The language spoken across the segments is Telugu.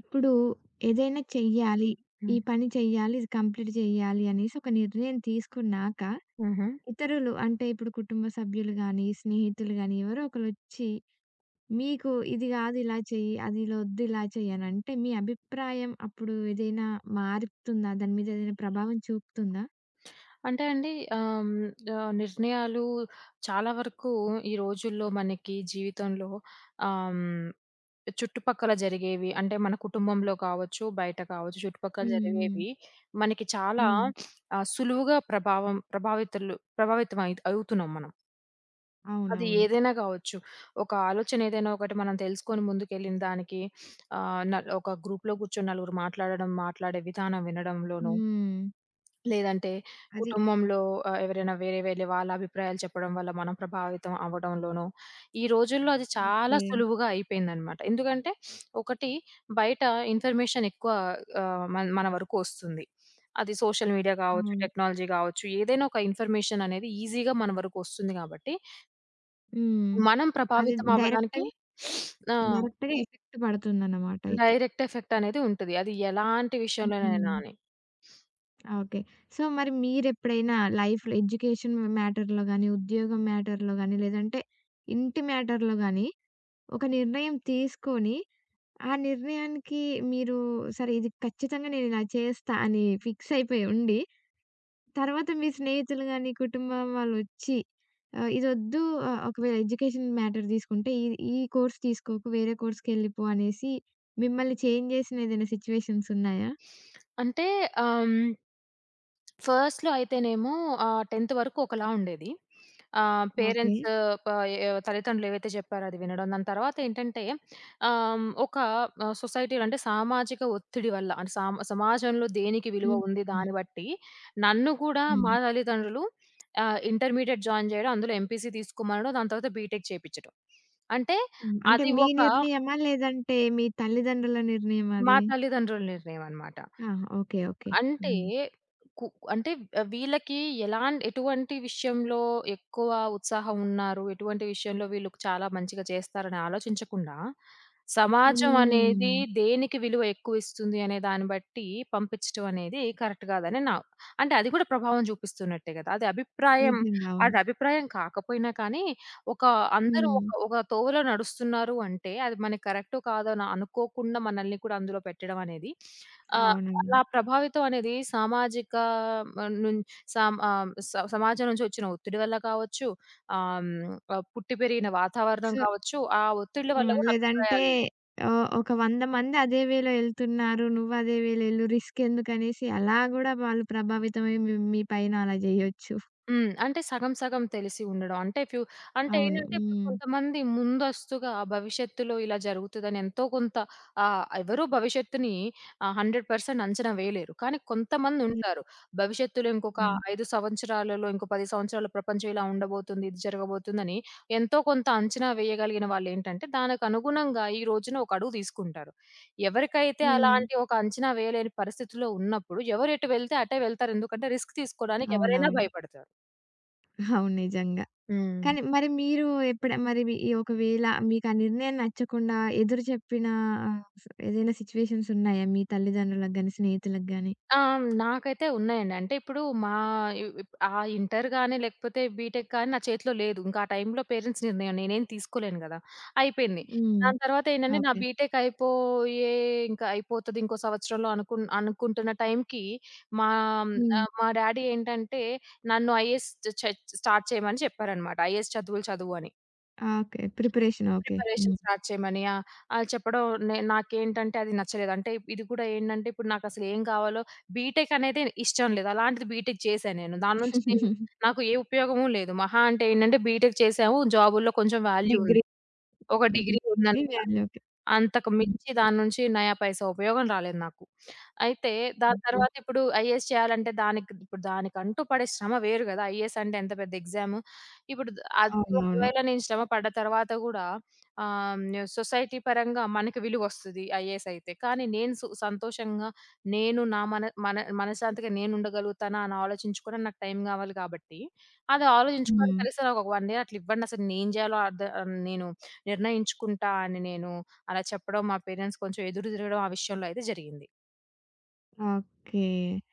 ఇప్పుడు ఏదైనా చెయ్యాలి. ఈ హ్మ్. పని చెయ్యాలి. ఇది కంప్లీట్ చేయాలి అనేసి ఒక నిర్ణయం తీసుకున్నాక, హుహు. ఇతరులు అంటే ఇప్పుడు కుటుంబ సభ్యులు గానీ, స్నేహితులు గానీ ఎవరో ఒకళ్ళొచ్చి మీకు ఇది గాదు ఇలా చెయ్యి. అది ఇలా వద్దు ఇలా చెయ్యి అనంటే మీ అభిప్రాయం అప్పుడు ఏదైనా మారుతుందా? దాని మీద ఏదైనా ప్రభావం చూపుతుందా? అంటే అండి ఆహ్, హ్మ్. ఆహ్, నిర్ణయాలు చాలా వరకు ఈ రోజుల్లో మనకి జీవితంలో ఆహ్, హ్మ్. చుట్టుపక్కల జరిగేవి అంటే మన కుటుంబంలో కావచ్చు, బయట కావచ్చు, చుట్టుపక్కల హ్మ్. హ్మ్. జరిగేవి మనకి చాలా హ్మ్. సులువుగా ప్రభావం ప్రభావితులు ప్రభావితం అవుతున్నాం మనం. అది అవునవును. ఏదైనా కావచ్చు. ఒక ఆలోచన ఏదైనా ఒకటి మనం తెలుసుకొని ముందుకెళ్ళిన దానికి ఆహ్, న ఒక గ్రూప్‌లో కూర్చొని నలుగురు మాట్లాడడం, మాట్లాడే విధానం వినడంలోనూ, హ్మ్. లేదంటే అది కుటుంబంలో ఎవరైనా వేరే వేరే వాళ్ళ అభిప్రాయాలు చెప్పడం వల్ల మనం ప్రభావితం అవ్వడంలోనో, ఈ రోజుల్లో అది చాలా ఓకే. సులువుగా అయిపోయిందనమాట. ఎందుకంటే ఒకటి బయట ఇన్ఫర్మేషన్ ఎక్కువ మన మన వరకు ఒస్తుంది. అది సోషల్ మీడియా గావచ్చు, అవును. టెక్నాలజీ గావచ్చు, ఏదైనా ఒక ఇన్ఫర్మేషన్ అనేది ఈజీగా మన వరకు ఒస్తుంది గాబట్టి, హ్మ్. మనం అది ప్రభావితం డైరెక్ట్‌గా, అవ్వడానికి ఆ! డైరెక్ట్‌గా ఎఫెక్ట్ పడుతుందన్నమాట అయితే. డైరెక్ట్ ఎఫెక్ట్ అనేది ఉంటది. అది ఎలాంటి విషయంలోనైనా హ్మ్. అని. ఓకే. సో, మరి మీరెప్పుడైనా లైఫ్‌లో ఎడ్యుకేషన్ మ్యాటర్‌లో గాని, ఉద్యోగం మ్యాటర్‌లో గాని, లేదంటే ఇంటి మ్యాటర్‌లో గాని ఒక నిర్ణయం తీసుకొని, ఆ నిర్ణయానికి మీరు సరే ఇది ఖచ్చితంగా నేనిలా చేస్తా అని ఫిక్స్ అయిపోయి ఉండి, తర్వాత మీ స్నేహితులు గాని, కుటుంబం వాళ్ళొచ్చి ఆహ్, ఇదొద్దు ఒకవేళ ఎడ్యుకేషన్ మ్యాటర్ తీసుకుంటే ఈ ఈ కోర్స్ తీసుకోకు, వేరే కోర్స్‌కెళ్ళిపో అనేసి మిమ్మల్ని చేంజ్ చేసిన ఏదైనా సిట్యుయేషన్స్ ఉన్నాయా? అంటే ఆహ్, హ్మ్ ఫస్ట్‌లో అయితేనేమో 10th వరకు ఒకలా ఉండేది. ఆహ్, ఓకే. పేరెంట్స్ ప ఎ తల్లిదండ్రులు ఏవైతే చెప్పారో అది వినడం. దాని తర్వాత ఏంటంటే ఆహ్, ఒక సొసైటీలో అంటే సామాజిక ఒత్తిడి వల్ల, అంటే సమాజంలో దేనికి విలువ హ్మ్. ఉంది హ్మ్. దాన్ని బట్టి నన్ను కూడా మా హ్మ్. తల్లిదండ్రులు ఇంటర్మీడియేట్ జాయిన్ చేయడం, అందులో ఎంపీసీ తీసుకోమనడం, దాని తర్వాత బీటెక్ చేపిచ్చడం. అంటే హ్మ్. అంటే అది మీ ఒక నిర్ణయమా? లేదంటే మీ తల్లిదండ్రుల నిర్ణయమా మా అది? తల్లిదండ్రుల నిర్ణయం అన్నమాట. ఆహా! ఓకే. ఓకే. అంటే హ్మ్. కు అంటే వీళ్ళకి ఎటువంటి విషయంలో ఎక్కువ ఉత్సాహం ఉన్నారు, ఎటువంటి విషయంలో వీళ్ళు చాలా మంచిగా చేస్తారని ఆలోచించకుండా, సమాజం హ్మ్. అనేది దేనికి విలువ ఎక్కువిస్తుంది అనే దాన్ని బట్టి పంపించటం అనేది కరెక్ట్ కాదని నా అంటే, అది కూడా ప్రభావం చూపిస్తున్నట్టే కదా! అది అభిప్రాయం, నిజంగా. అవును. అది అభిప్రాయం కాకపోయినా కానీ, ఒక అందరూ హ్మ్. ఒక ఒక తోవలో నడుస్తున్నారు అంటే, అది మనకి కరెక్టో కాదో అని అనుకోకుండా మనల్ని కూడా అందులో పెట్టడం అనేది ఆహ్ అవునవును. అలా ప్రభావితం అనేది, సామాజిక ఆహ్, నుం సాం ఆహ్, స సమాజం నుంచి వచ్చిన ఒత్తిడి వల్ల కావచ్చు, పుట్టి పెరిగిన సో వాతావరణం కావచ్చు, ఆ ఒత్తిళ్ళ వల్ల హ్మ్. గూడా లేదంటే అభిప్రాయాలు. ఒక 100 మంది అదే వేలో ఎళ్తున్నారు. నువ్వు అదే వేలో ఎళ్ళు రిస్కెందుకనేసి అలా గూడా వాళ్ళు ప్రభావితమై మీ మీ పైన అలా జేయొచ్చు. హ్మ్. అంటే సగం సగం తెలిసి ఉండడం. అంటే అవును. ఏంటంటే ఇప్పుడు హ్మ్. కొంతమంది ముందస్తుగా భవిష్యత్తులో ఇలా జరుగుతదని ఎంతో కొంత ఎవరు భవిష్యత్తుని 100% అంచనా వేయలేరు. కానీ కొంతమందుంటారు. భవిష్యత్తులో ఇంకొక హ్మ్. 5 సంవత్సరాలలో, ఇంకో 10 సంవత్సరాల్లో ప్రపంచం ఇలా ఉండబోతుంది, ఇది జరగబోతుందని ఎంతో కొంత అంచనా వేయగలిగిన వాళ్ళేంటంటే దానికనుగుణంగా ఈ రోజున ఒక అడుగు తీసుకుంటారు. ఎవరికైతే హ్మ్. అలాంటి ఒక అంచనా వేయలేని పరిస్థితిలో ఉన్నప్పుడు ఎవరు ఎటు వెళ్తే అటే వెళ్తారు. ఎందుకంటే రిస్క్ తీసుకోవడానికి ఎవరైనా అవునవును. భయపడతారు. అవును. నిజంగా. హ్మ్. కానీ మరి మీరు ఎప్పుడ మరి మీ ఈ ఒకవేళ మీకు ఆ నిర్ణయం నచ్చకుండా ఎదురు చెప్పిన ఆహ్, ఏదైనా సిట్యుయేషన్స్ ఉన్నాయా? మీ తల్లిదండ్రులకు గాని, స్నేహితులకు గాని? ఆ! నాకైతే ఉన్నాయండి. అంటే ఇప్పుడు మా ఇ ఇప్ ఆ ఇంటర్ గాని, లేకపోతే బీటెక్ కానీ నా చేతిలో లేదు. ఇంకా ఆ టైంలో పేరెంట్స్ నిర్ణయం నేనేం తీసుకోలేను గదా! అయిపోయింది. హ్మ్. దాని తర్వాత ఏంటంటే నా ఓకే. బీటెక్ అయిపోయే ఇంకా అయిపోతది ఇంకో సంవత్సరంలో అనుకుంటున్న టైంకి మా హ్మ్. మా డ్యాడీ ఏంటంటే నన్ను ఐఏఎస్ చ చ స్టార్ట్ చేయమని చెప్పారనమాట. ఐఏఎస్ చదువు అని. ఆ! ఓకే. Preparation okay. ప్రిపరేషన్ హ్మ్. స్టార్ట్ చేయమని. ఆ! ఆళ్ళు చెప్పడం నాకేంటంటే అది నచ్చలేదు. అంటే ఇది కూడా ఏంటంటే ఇప్పుడు నాకసలు ఏం కావాలో, బీటెక్ అనేది ఇష్టం లేదు. అలాంటిది బీటెక్ చేశా నేను. దాని నుంచి నేను, నాకు ఏ ఉపయోగము లేదు. మహా అంటే ఏంటంటే బీటెక్ చేసాము. జాబుల్లో కొంచెం వాల్యూ ఉంది. డిగ్రీ. ఒక హ్మ్. డిగ్రీ ఉందని. Degree value okay. అంతకు హ్మ్. మించి దాని నుంచి నయా పైసా ఉపయోగం రాలేదు నాకు. అయితే దాని తర్వాత ఇప్పుడు ఐఏఎస్ చేయాలంటే దానికి ఇప్పుడు దానికంటూ పడే శ్రమ వేరు గదా! ఐఏఎస్ అంటే ఎంత పెద్ద ఎగ్జాము. ఇప్పుడు ద అది అవునవును. ఒకవేళ నేను శ్రమ పడ్డ తర్వాత గూడా ఆహ్, సొసైటీ పరంగా మనకి విలువొస్తది ఐఏఎస్ అయితే. కానీ నేను సంతోషంగా, నేను నా మన మన మనశ్శాంతిగా నేనుండగలుగుతానా అని ఆలోచించుకోవడానికి నాకు టైం గావాలి కాబట్టి, అది ఆలోచించుకోవాలి, హ్మ్. కనీసం నాకు ఒక 1 ఇయర్ అట్లా ఇవ్వండి. అసలు నేనేం జేయాలో నేను నిర్ణయించుకుంటా అని నేను అలా చెప్పడం, మా పేరెంట్స్ కొంచెం ఎదురు తిరగడం ఆ విషయంలో అయితే జరిగింది. ఓకే.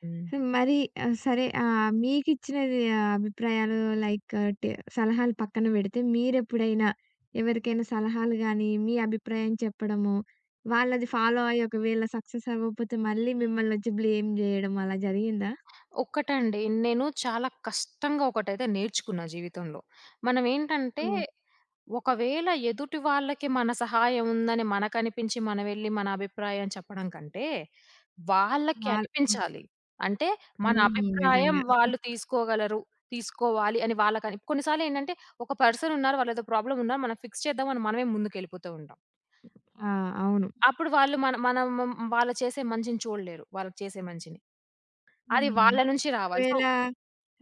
హ్మ్. సో, మరి సరే మీకిచ్చినది అభిప్రాయాలు లైక్ టి సలహాలు పక్కన పెడితే, మీరెప్పుడైనా ఎవరికైనా సలహాలు గానీ, మీ అభిప్రాయం చెప్పడము, వాళ్ళది ఫాలో అయ్యి ఒకవేళ సక్సెస్ అవ్వకపోతే మళ్ళీ మిమ్మల్నొచ్చి బ్లేమ్ జేయడం అలా జరిగిందా? ఒక్కటండి, నేను చాలా కష్టంగా ఒకటైతే నేర్చుకున్నా జీవితంలో. మనం ఏంటంటే ఓహ్! ఒకవేళ ఎదుటి వాళ్ళకి మన సహాయం ఉందని మనకనిపించి మనం వెళ్లి మన అభిప్రాయం చెప్పడం కంటే, వాళ్ళకి వాల్ అనిపించాలి. అంటే మన హ్మ్. అభిప్రాయం నిజంగా. వాళ్ళు తీసుకోగలరు, తీసుకోవాలి అని వాళ్ళకని. కొన్నిసార్లు ఏంటంటే ఒక పర్సన్ ఉన్నారు, వాళ్ళేదో ప్రాబ్లమ్ ఉన్నారు, మనం ఫిక్స్ చేద్దామని మనమే ముందుకెళ్ళిపోతూ ఉంటాం. ఆ! అవును. అప్పుడు వాళ్ళు మన మనం వాళ్ళు చేసే మంచిని చూడలేరు. వాళ్ళు చేసే మంచిని. అది హ్మ్. వాళ్ళ నుంచి రావాలి. సో, ఒకవేళ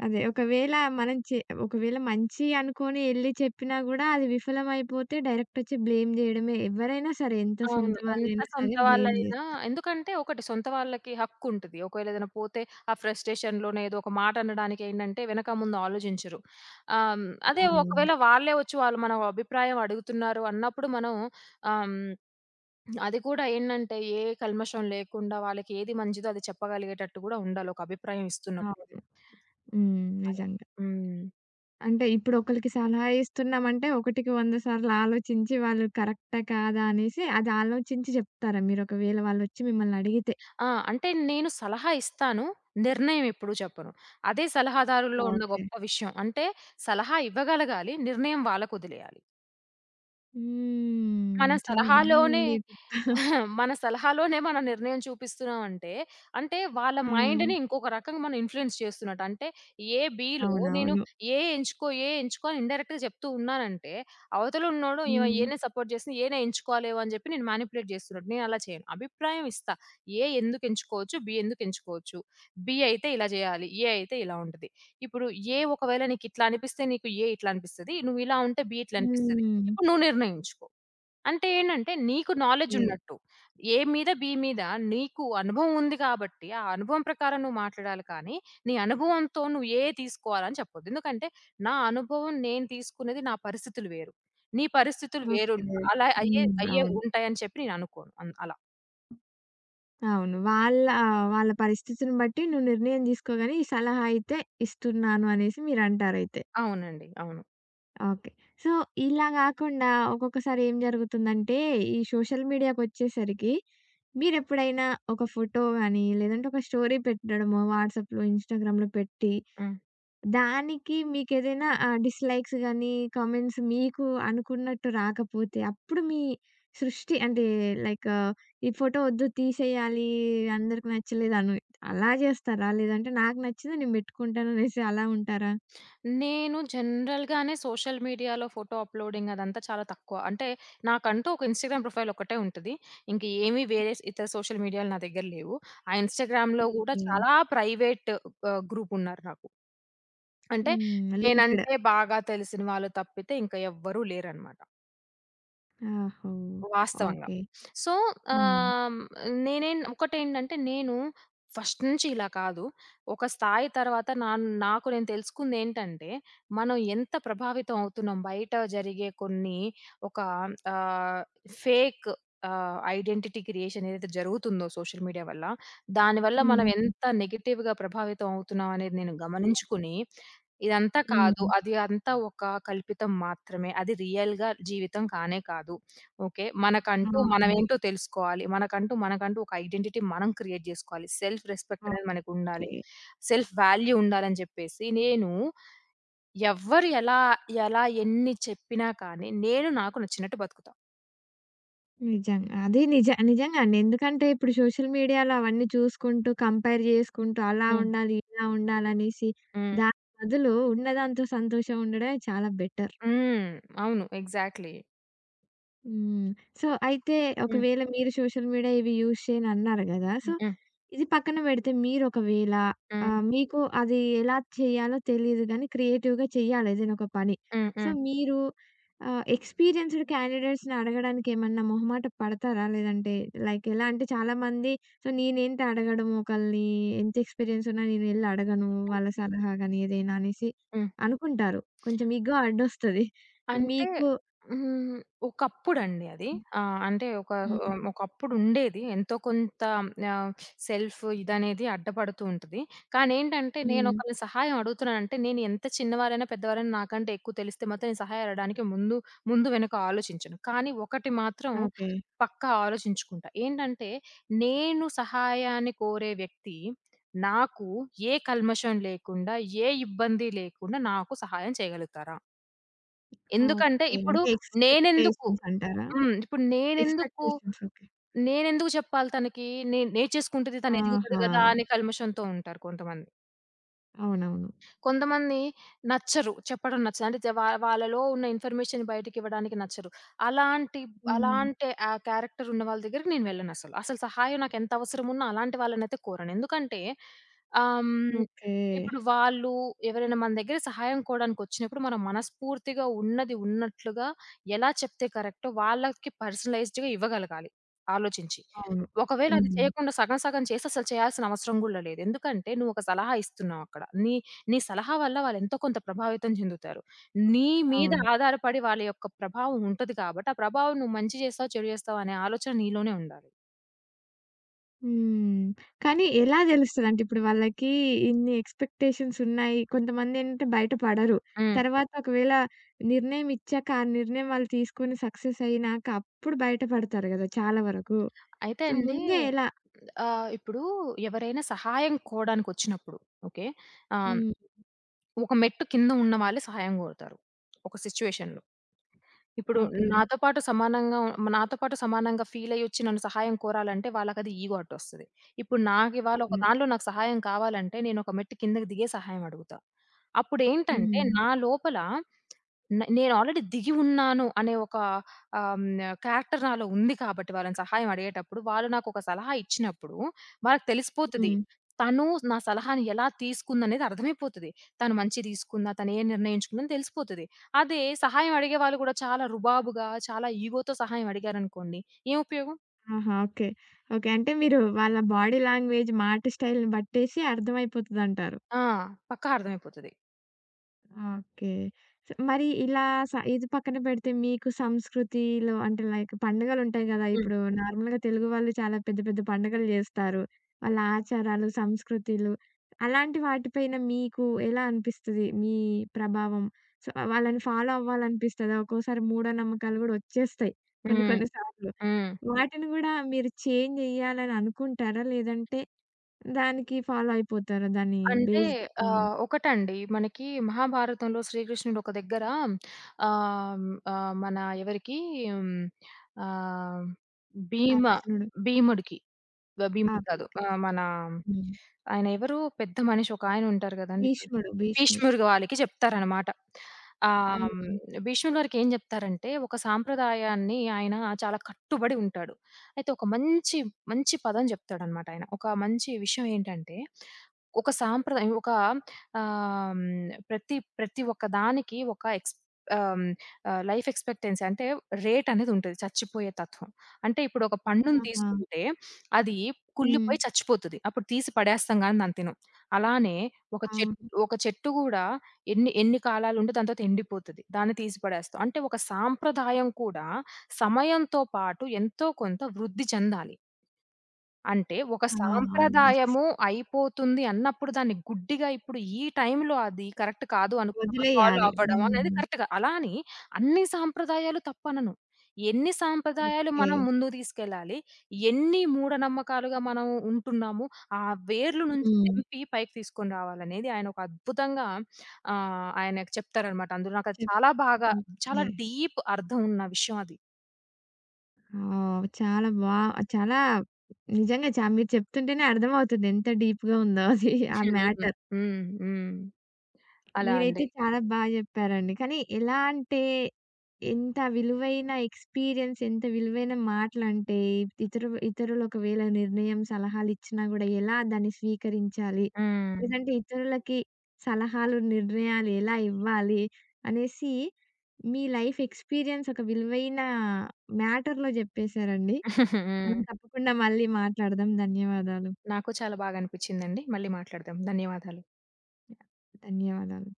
అదే. ఒకవేళ మనం చె ఒకవేళ మంచి అనుకోని ఎళ్లి చెప్పినా గూడా అది విఫలమైపోతే డైరెక్టొచ్చి బ్లేమ్ జేయడమే. ఎవరైనా సరే ఎంత సొంత అవును. ఎంత వాళ్ళైనా సరే సొంత బ్లేమ్ వాళ్ళైనా, జేస్తారు. ఎందుకంటే ఒకటి సొంత వాళ్ళకి హక్కుంటది. ఒకవేళ ఏదైనా పోతే ఆ ఫ్రస్ట్రేషన్‌లోనే ఏదో ఒక మాట అనడానికి ఏంటంటే వెనక ముందు ఆలోచించరు. ఆహ్, హ్మ్, అదే అవును. ఒకవేళ వాళ్ళే వచ్చి వాళ్ళు మన అభిప్రాయం అడుగుతున్నారు అన్నప్పుడు మనం, ఆహ్, హ్మ్, అది కూడా ఏంటంటే ఏ కల్మషం లేకుండా వాళ్ళకి ఏది మంచిదో అది చెప్పగలిగేటట్టు కూడా ఉండాలి, ఒక అభిప్రాయం ఇస్తున్నప్పుడు. అవును. హ్మ్. అలా. నిజంగా. హ్మ్. అంటే ఇప్పుడు ఒకళ్ళకి సలహా ఇస్తున్నామంటే ఒకటికి 100 సార్లు ఆలోచించి వాళ్ళు కరెక్టా? కాదా? అనేసి అది ఆలోచించి జెప్తారా మీరు ఒకవేళ వాళ్ళొచ్చి మిమ్మల్ని అడిగితే? ఆ! అంటే నేను సలహా ఇస్తాను, నిర్ణయం ఎప్పుడు చెప్పను. అదే సలహాదారుల్లో ఉన్న ఓకే. గొప్ప విషయం. అంటే సలహా ఇవ్వగలగాలి, నిర్ణయం వాళ్ళకొదిలేయాలి. మన హ్మ్. చాలా సలహాలోనే బావుందండి ఈ టిప్. మన సలహాలోనే మన నిర్ణయం చూపిస్తున్నామంటే, అంటే అంటే వాళ్ళ ఆ! మైండ్‌ని ఇంకొక రకంగా మనం ఇన్‌ఫ్లూయెన్స్ చేస్తున్నట్టు. అంటే ఏ బిలో నేను అవునవును. ఏ ఎంచుకో, ఏ ఎంచుకో అని ఇండైరెక్ట్‌గా చెప్తూ ఉన్నానంటే, అవతల ఉన్నోడు ఈమె హ్మ్. ఏనే సపోర్ట్ చేస్తుంది, ఏనే ఎంచుకోవాలేమో అని చెప్పి, నేను మానిప్యులేట్ చేస్తున్నట్టు. నేను అలా చేయను. అభిప్రాయం ఇస్తా. ఏ ఎందుకు ఎంచుకోవచ్చు, బి ఎందుకు ఎంచుకోవచ్చు. బి అయితే ఇలా చేయాలి, ఏ అయితే ఇలా ఉంటది. ఇప్పుడు ఏ ఒకవేళ నీకు ఇట్లా అనిపిస్తే, నీకు ఏ ఇట్లా అనిపిస్తది. నువ్వు ఇలా ఉంటే బి ఇట్లా అనిపిస్తది. హ్మ్. ఇప్పుడు నువ్వు నిర్ణయించుకో. అంటే ఏంటంటే నీకు ఓకే. నాలెడ్జ్ ఉన్నట్టు ఏ మీద, బి మీద. నీకు అనుభవం ఉంది కాబట్టి, ఆ అనుభవం ప్రకారం నువ్వు మాట్లాడాలి కానీ, నీ అనుభవంతో నువ్వు ఏ తీసుకోవాలని చెప్పొద్దు. ఎందుకంటే, నా అనుభవం నేను తీసుకునేది, నా పరిస్థితులు వేరు, నీ పరిస్థితులు వేరు. ఓకే. అలా అయ్యే హ్మ్. అయ్యే అవును. ఉంటాయని చెప్పి నేను అనుకోను. అలా. అవును. వాళ్ళ వాళ్ళ పరిస్థితిని బట్టి నువ్వు నిర్ణయం తీసుకో గాని, ఈ సలహా అయితే ఇస్తున్నాను అనేసి మీరంటారైతే. అవునండి, అవును. ఓకే. సో, ఇలా గాకుండా ఒక్కొక్కసారి ఏం జరుగుతుందంటే, ఈ సోషల్ మీడియాకొచ్చేసరికి మీరెప్పుడైనా ఒక ఫోటో గాని, లేదంటే ఒక స్టోరీ పెట్టడమో వాట్సాప్‌లో, ఇన్‌స్టాగ్రామ్‌లో పెట్టి, హ్మ్. దానికి మీకేదైనా డిస్‌లైక్స్ గాని, కామెంట్స్ మీకు అనుకున్నట్టు రాకపోతే, అప్పుడు మీ సృష్టి అంటే లైక్ ఈ ఫోటో వద్దు తీసేయాలి, అందరికి నచ్చలేదను అలా జేస్తారా? లేదంటే నాకు నచ్చింది నేను బెట్టుకుంటాను అనేసి అలా ఉంటారా? నేను జనరల్‌గానే సోషల్ మీడియాలో ఫోటో అప్‌లోడింగ్ అదంతా చాలా తక్కువ. అంటే నాకంటూ ఒక ఇన్‌స్టాగ్రామ్ ప్రొఫైల్ ఒక్కటే ఉంటది. ఇంక ఏమి వేరే ఇతర సోషల్ మీడియాలు నా దగ్గర లేవు. ఆ ఇన్‌స్టాగ్రామ్‌లో గూడా ఓకే. చాలా ప్రైవేట్ గ్రూప్ ఉన్నారు నాకు. అంటే హ్మ్. లిమిటెడ్. నేనంటే బాగా తెలిసిన వాళ్ళు తప్పితే ఇంకా ఎవ్వరూ లేరనమాట. ఆహో! వాస్తవంగా. ఓకే. సో, హ్మ్. ఆహ్, నేనేం ఒకటేంటంటే నేను ఫస్ట్ నుంచి ఇలా కాదు. ఒక స్థాయి తర్వాత నాకు నేను తెలుసుకుందేంటంటే, మనం ఎంత ప్రభావితం అవుతున్నాం బయట జరిగే కొన్ని, ఒక ఆహ్, ఫేక్ ఐడెంటిటీ క్రియేషన్ ఏదైతే జరుగుతుందో సోషల్ మీడియా వల్ల, దానివల్ల మనం హ్మ్. ఎంత నెగెటివ్‌గా ప్రభావితం అవుతున్నాం అనేది నేను గమనించుకుని, ఇదంతా కాదు, హ్మ్. అది అంతా ఒక కల్పితం మాత్రమే, అది రియల్‌గా జీవితం కానే కాదు. ఓకే. మనకంటూ అవును. మనమేంటో తెలుసుకోవాలి. మనకంటూ మనకంటూ ఒక ఐడెంటిటీ మనం క్రియేట్ జేసుకోవాలి. సెల్ఫ్ రెస్పెక్ట్ అనేది ఓకే. మనకుండాలి. సెల్ఫ్ వాల్యూ ఉండాలని జెప్పేసి నేను, ఎవ్వరు ఎలా, ఎలా ఎన్ని చెప్పినా కానీ నేను నాకు నచ్చినట్టు బతుకుతా. నిజంగా. అది నిజంగా అండి. ఎందుకంటే ఇప్పుడు సోషల్ మీడియాలో అవన్నీ చూసుకుంటూ, కంపేర్ చేసుకుంటూ అలా హ్మ్. ఉండాలి, ఇలా ఉండాలనేసి హ్మ్. దాని బదులు ఉన్నదాంతో సంతోషం ఉండడమే చాలా బెటర్. హ్మ్. అవును, ఎగ్జాక్ట్‌లీ. హ్మ్. సో, అయితే హ్మ్. ఒకవేళ మీరు సోషల్ మీడియా ఇవి యూజ్ చేయనన్నారు గదా! సో, హ్మ్. హ్మ్. ఇది పక్కన బెడితే మీరొకవేళ హ్మ్. మీకు అది ఎలా చేయాలో తెలీదు గానీ క్రియేటివ్‌గా చేయాలి ఏదైనా ఒక పని. హ్మ్. సో, హ్మ్. మీరు ఎక్స్‌పీరియన్స్‌డ్ క్యాండిడేట్స్‌ని అడగడానికేమన్నా మొహమాట పడతారా? లేదంటే లైక్ ఎలా అంటే చాలామంది సో, నేనేంటి అడగడం ఒకళ్ళని ఎంత ఎక్స్‌పీరియన్స్ ఉన్నా నేనెళ్ళి అడగను వాళ్ళ సలహా గాని ఏదైనా అనేసి హ్మ్. అనుకుంటారు. కొంచెం ఇగో అడ్డొస్తది. సో, అంటే మీకు హ్మ్. ఒకప్పుడండి అది. ఆహ్, అంటే ఒక ఆహ్, హ్మ్. ఒకప్పుడుండేది. ఎంతో కొంత ఆహ్, సెల్ఫ్ ఇదనేది అడ్డపడుతూ ఉంటది. కానేంటంటే, హ్మ్. నేనొకళ్ళ సహాయం అడుగుతున్నానంటే, నేను ఎంత చిన్నవారైనా, పెద్దవారైనా, నాకంటే ఎక్కువ తెలిస్తే మాత్రం నేను సహాయం అడగడానికి ముందు వెనక ఆలోచించను. కానీ ఒకటి మాత్రం ఓకే. పక్కా ఆలోచించుకుంటా, ఏంటంటే, నేను సహాయాన్ని కోరే వ్యక్తి నాకు ఏ కల్మషం లేకుండా, ఏ ఇబ్బంది లేకుండా నాకు సహాయం చేయగలుగుతారా? ఎందుకంటే ఓకే. ఇప్పుడు అంటే నేనెందుకు ఎక్స్‌పెక్టేషన్స్ అంటారా? హ్మ్. ఇప్పుడు నేనెందుకు ఎక్స్‌పెక్టేషన్స్ ఓకే. నేనెందుకు చెప్పాలి తనకి? నేను చేసుకుంటది, తను ఎదుగుతది ఆహా! గదా అనే కల్మషంతో ఉంటారు కొంతమంది. అవునవును. కొంతమంది నచ్చరు, చెప్పడం నచ్చదు. అంటే జ- వా వాళ్ళలో ఉన్న ఇన్ఫర్మేషన్ బయటికివ్వడానికి నచ్చరు. అలాంటి హ్మ్. అలాంటి ఆ క్యారెక్టర్ ఉన్న వాళ్ళ దగ్గరికి నేను వెళ్ళనసలు. అసలు అసలు సహాయం నాకెంత అవసరం ఉన్నా అలాంటి వాళ్ళనైతే కోరను. ఎందుకంటే ఆహ్, హ్మ్, ఓకే. ఇప్పుడు వాళ్ళు, ఎవరైనా మన దగ్గర సహాయం కోవడానికొచ్చినప్పుడు మనం మనస్ఫూర్తిగా ఉన్నది ఉన్నట్లుగా, ఎలా చెప్తే కరెక్టో వాళ్ళకి పర్సనలైజ్డ్‌గా ఇవ్వగలగాలి ఆలోచించి. అవును. ఒకవేళ అది హ్మ్. చేయకుండా సగం సగం చేసి అసలు చేయాల్సిన అవసరం గూడా లేదు. ఎందుకంటే నువ్వు ఒక సలహా ఇస్తున్నావు అక్కడ. నీ నీ సలహా వల్ల వాళ్ళెంతో కొంత ప్రభావితం చెందుతారు. నీ మీద అవును. ఆధారపడి వాళ్ళ యొక్క ప్రభావం ఉంటది కాబట్టి, ఆ ప్రభావం నువ్వు మంచి చేస్తావు, చెడు చేస్తావు అనే ఆలోచన నీలోనే ఉండాలి. హ్మ్. కానీ ఎలా తెలుస్తదంటే ఇప్పుడు వాళ్ళకి ఇన్ని ఎక్స్‌పెక్టేషన్స్ ఉన్నాయి. కొంతమందేంటంటే బయట పడరు. హ్మ్. తర్వాత ఒకవేళ నిర్ణయం ఇచ్చాక, ఆ నిర్ణయం వాళ్ళు తీసుకొని సక్సెస్ అయినాక అప్పుడు బయట పడతారు గదా! చాలా వరకు. అయితే సో, అండి, ముందే ఎలా ఇప్పుడు ఎవరైనా సహాయం కోడానికొచ్చినప్పుడు, ఓకే, ఆహ్, హ్మ్. ఒక మెట్టు కింద ఉన్న వాళ్ళే సహాయం కోరుతారు ఒక సిట్యుయేషన్‌లో. ఇప్పుడు ఓకే. నాతో పాటు సమానంగా ఫీలయ్యొచ్చి నన్ను సహాయం కోరాలంటే వాళ్ళకది ఈగో అడ్డొస్తది. ఇప్పుడు నాకివాళ ఒక అవును. దానిలో నాకు సహాయం కావాలంటే నేనొక మెట్టు కిందకి దిగే సహాయం అడుగుతా. అప్పుడేంటంటే హ్మ్. నా లోపల, నేను ఆల్రెడీ దిగి ఉన్నాను అనే ఒక ఆహ్, హ్మ్, క్యారెక్టర్ నాలో ఉంది కాబట్టి, వాళ్ళని సహాయం అడిగేటప్పుడు, వాళ్ళు నాకొక సలహా ఇచ్చినప్పుడు వాళ్ళకి తెలిసిపోతది. హ్మ్. తను నా సలహాని ఎలా తీసుకుందనేది అర్థమైపోతది. తను మంచిది తీసుకుందా? తను ఏం నిర్ణయించుకుందని తెలిసిపోతది. అదే సహాయం అడిగే వాళ్ళు కూడా చాలా రుబాబుగా, చాలా ఇగోతో సహాయం అడిగారనుకోండి, ఏం ఉపయోగం? ఆహా! ఓకే. ఓకే. అంటే మీరు వాళ్ళ బాడీ లాంగ్వేజ్, మాట స్టైల్‌ని బట్టేసి అర్థమైపోతదంటారు. ఆ! పక్కా అర్థమైపోతది. ఓకే. స మరి ఇలా స ఇది పక్కన పెడితే మీకు సంస్కృతిలో అంటే పండుగలుంటాయి గదా! హ్మ్. ఇప్పుడు నార్మల్‌గా తెలుగు వాళ్ళు చాలా పెద్ద పెద్ద పండుగలు జేస్తారు. వాళ్ళ ఆచారాలు, సంస్కృతులు అలాంటి వాటిపైన మీకు ఎలా అనిపిస్తది మీ ప్రభావం? సో, వాళ్ళని ఫాలో అవ్వాలనిపిస్తదా? ఒక్కోసారి మూఢనమ్మకాలు గూడా ఒచ్చేస్తాయి కొన్ని హ్మ్. కొన్ని సార్లు. హ్మ్. వాటిని గూడా మీరు చేంజ్ జెయ్యాలని అనుకుంటారా? లేదంటే దానికి ఫాలో అయిపోతారా? దాని అంటే బేస్డ్ ఒకటండి, మనకి మహాభారతంలో శ్రీకృష్ణుడు ఒక దగ్గర, ఆహ్, ఆహ్, మన ఎవరికి హ్మ్, ఆహ్, భీమ అర్జునుడు. భీముడికి, ఆ! భీముడు కాదు, ఓకే. ఆహ్, మన హ్మ్. ఆయన ఎవరు పెద్ద మనిషి ఒకాయనుంటారు గదండీ! భీష్ముడు. భీష్ముడు. భీష్ముడు, వాళ్ళకి జెప్తారనమాట. ఆహ్, హ్మ్, హ్మ్. భీష్ముడు గారికి ఏం జెప్తారంటే, ఒక సాంప్రదాయాన్ని ఆయన చాలా కట్టుబడి ఉంటాడు. అయితే ఒక మంచి పదం జెప్తాడనమాట ఆయన. ఒక మంచి విషయం ఏంటంటే, ఒక సాంప్రదాయం, హ్మ్, ప్రతి ప్రతి ఒక్క దానికి ఒక ఎక్స్ ఆహ్, హ్మ్, ఆహ్, లైఫ్ ఎక్స్‌పెక్టెన్సీ అంటే రేట్ అనేది ఉంటది, చచ్చిపోయే తత్వం. అంటే ఇప్పుడు ఒక పండుని ఆహా! తీసుకుంటే అది హ్మ్. కుళ్ళిపోయి చచ్చిపోతది. అప్పుడు తీసి పడేస్తాం గానీ దాన్ని తినం. అలానే ఒక చెట్ అవును. ఒక చెట్టు గూడా ఎన్ని ఎన్ని కాలాలుండి దాని తర్వాత ఎండిపోతది. దాన్ని తీసి పడేస్తాం. అంటే ఒక సాంప్రదాయం కూడా సమయంతో పాటు ఎంతో కొంత వృద్ధి చెందాలి. అంటే ఒక ఆ! యెస్. సాంప్రదాయము అయిపోతుంది అన్నప్పుడు దాన్ని గుడ్డిగా ఇప్పుడు ఈ టైంలో అది కరెక్ట్ కాదు అనుకున్నప్పుడు ఫాలో వదిలేయాలి. అవ్వడం అనేది హ్మ్. కరెక్ట్‌గా. అలా అని అన్ని సాంప్రదాయాలు తప్పనను. ఎన్ని సాంప్రదాయాలు ఓకే. మనం ముందుకు తీసుకెళ్ళాలి, ఎన్ని మూఢనమ్మకాలుగా మనం ఉంటున్నాము, ఆ వేర్లు నుంచి హ్మ్. తెంపి పైకి తీసుకొని రావాలనేది ఆయన ఒక అద్భుతంగా ఆయన చెప్తారనమాట. అందులో నాకు అది చెప్పు. చాలా బాగా, ఓకే. చాలా డీప్ అర్థం ఉన్న విషయం అది. ఆహ్, చాలా బా చాలా నిజంగా మీరు చెప్తుంటేనే అర్థమవుతుంది ఎంత డీప్‌గా ఉందో అది ఆ హ్మ్. మ్యాటర్. హ్మ్. హ్మ్. అలా మీరైతే అండి. చాలా జెప్పారండి. కానీ ఎలా అంటే, ఎంత విలువైన ఎక్స్‌పీరియన్స్, ఎంత విలువైన మాటలంటే, ఇతరులు ఒకవేళ నిర్ణయం, సలహాలిచ్చినా గూడా ఎలా దాన్ని స్వీకరించాలి? హ్మ్. లేదంటే ఇతరులకి సలహాలు, నిర్ణయాలు ఎలా ఇవ్వాలి? అనేసి మీ లైఫ్ ఎక్స్‌పీరియన్స్ ఒక విలువైన మ్యాటర్‌లో జెప్పేశారండి. మనం హ్మ్. తప్పకుండా మళ్ళీ మాట్లాడదాం. ధన్యవాదాలు. నాకు చాలా బాగా అనిపిచ్చిందండి. మళ్ళీ మాట్లాడదాం. ధన్యవాదాలు. ధన్యవాదాలు.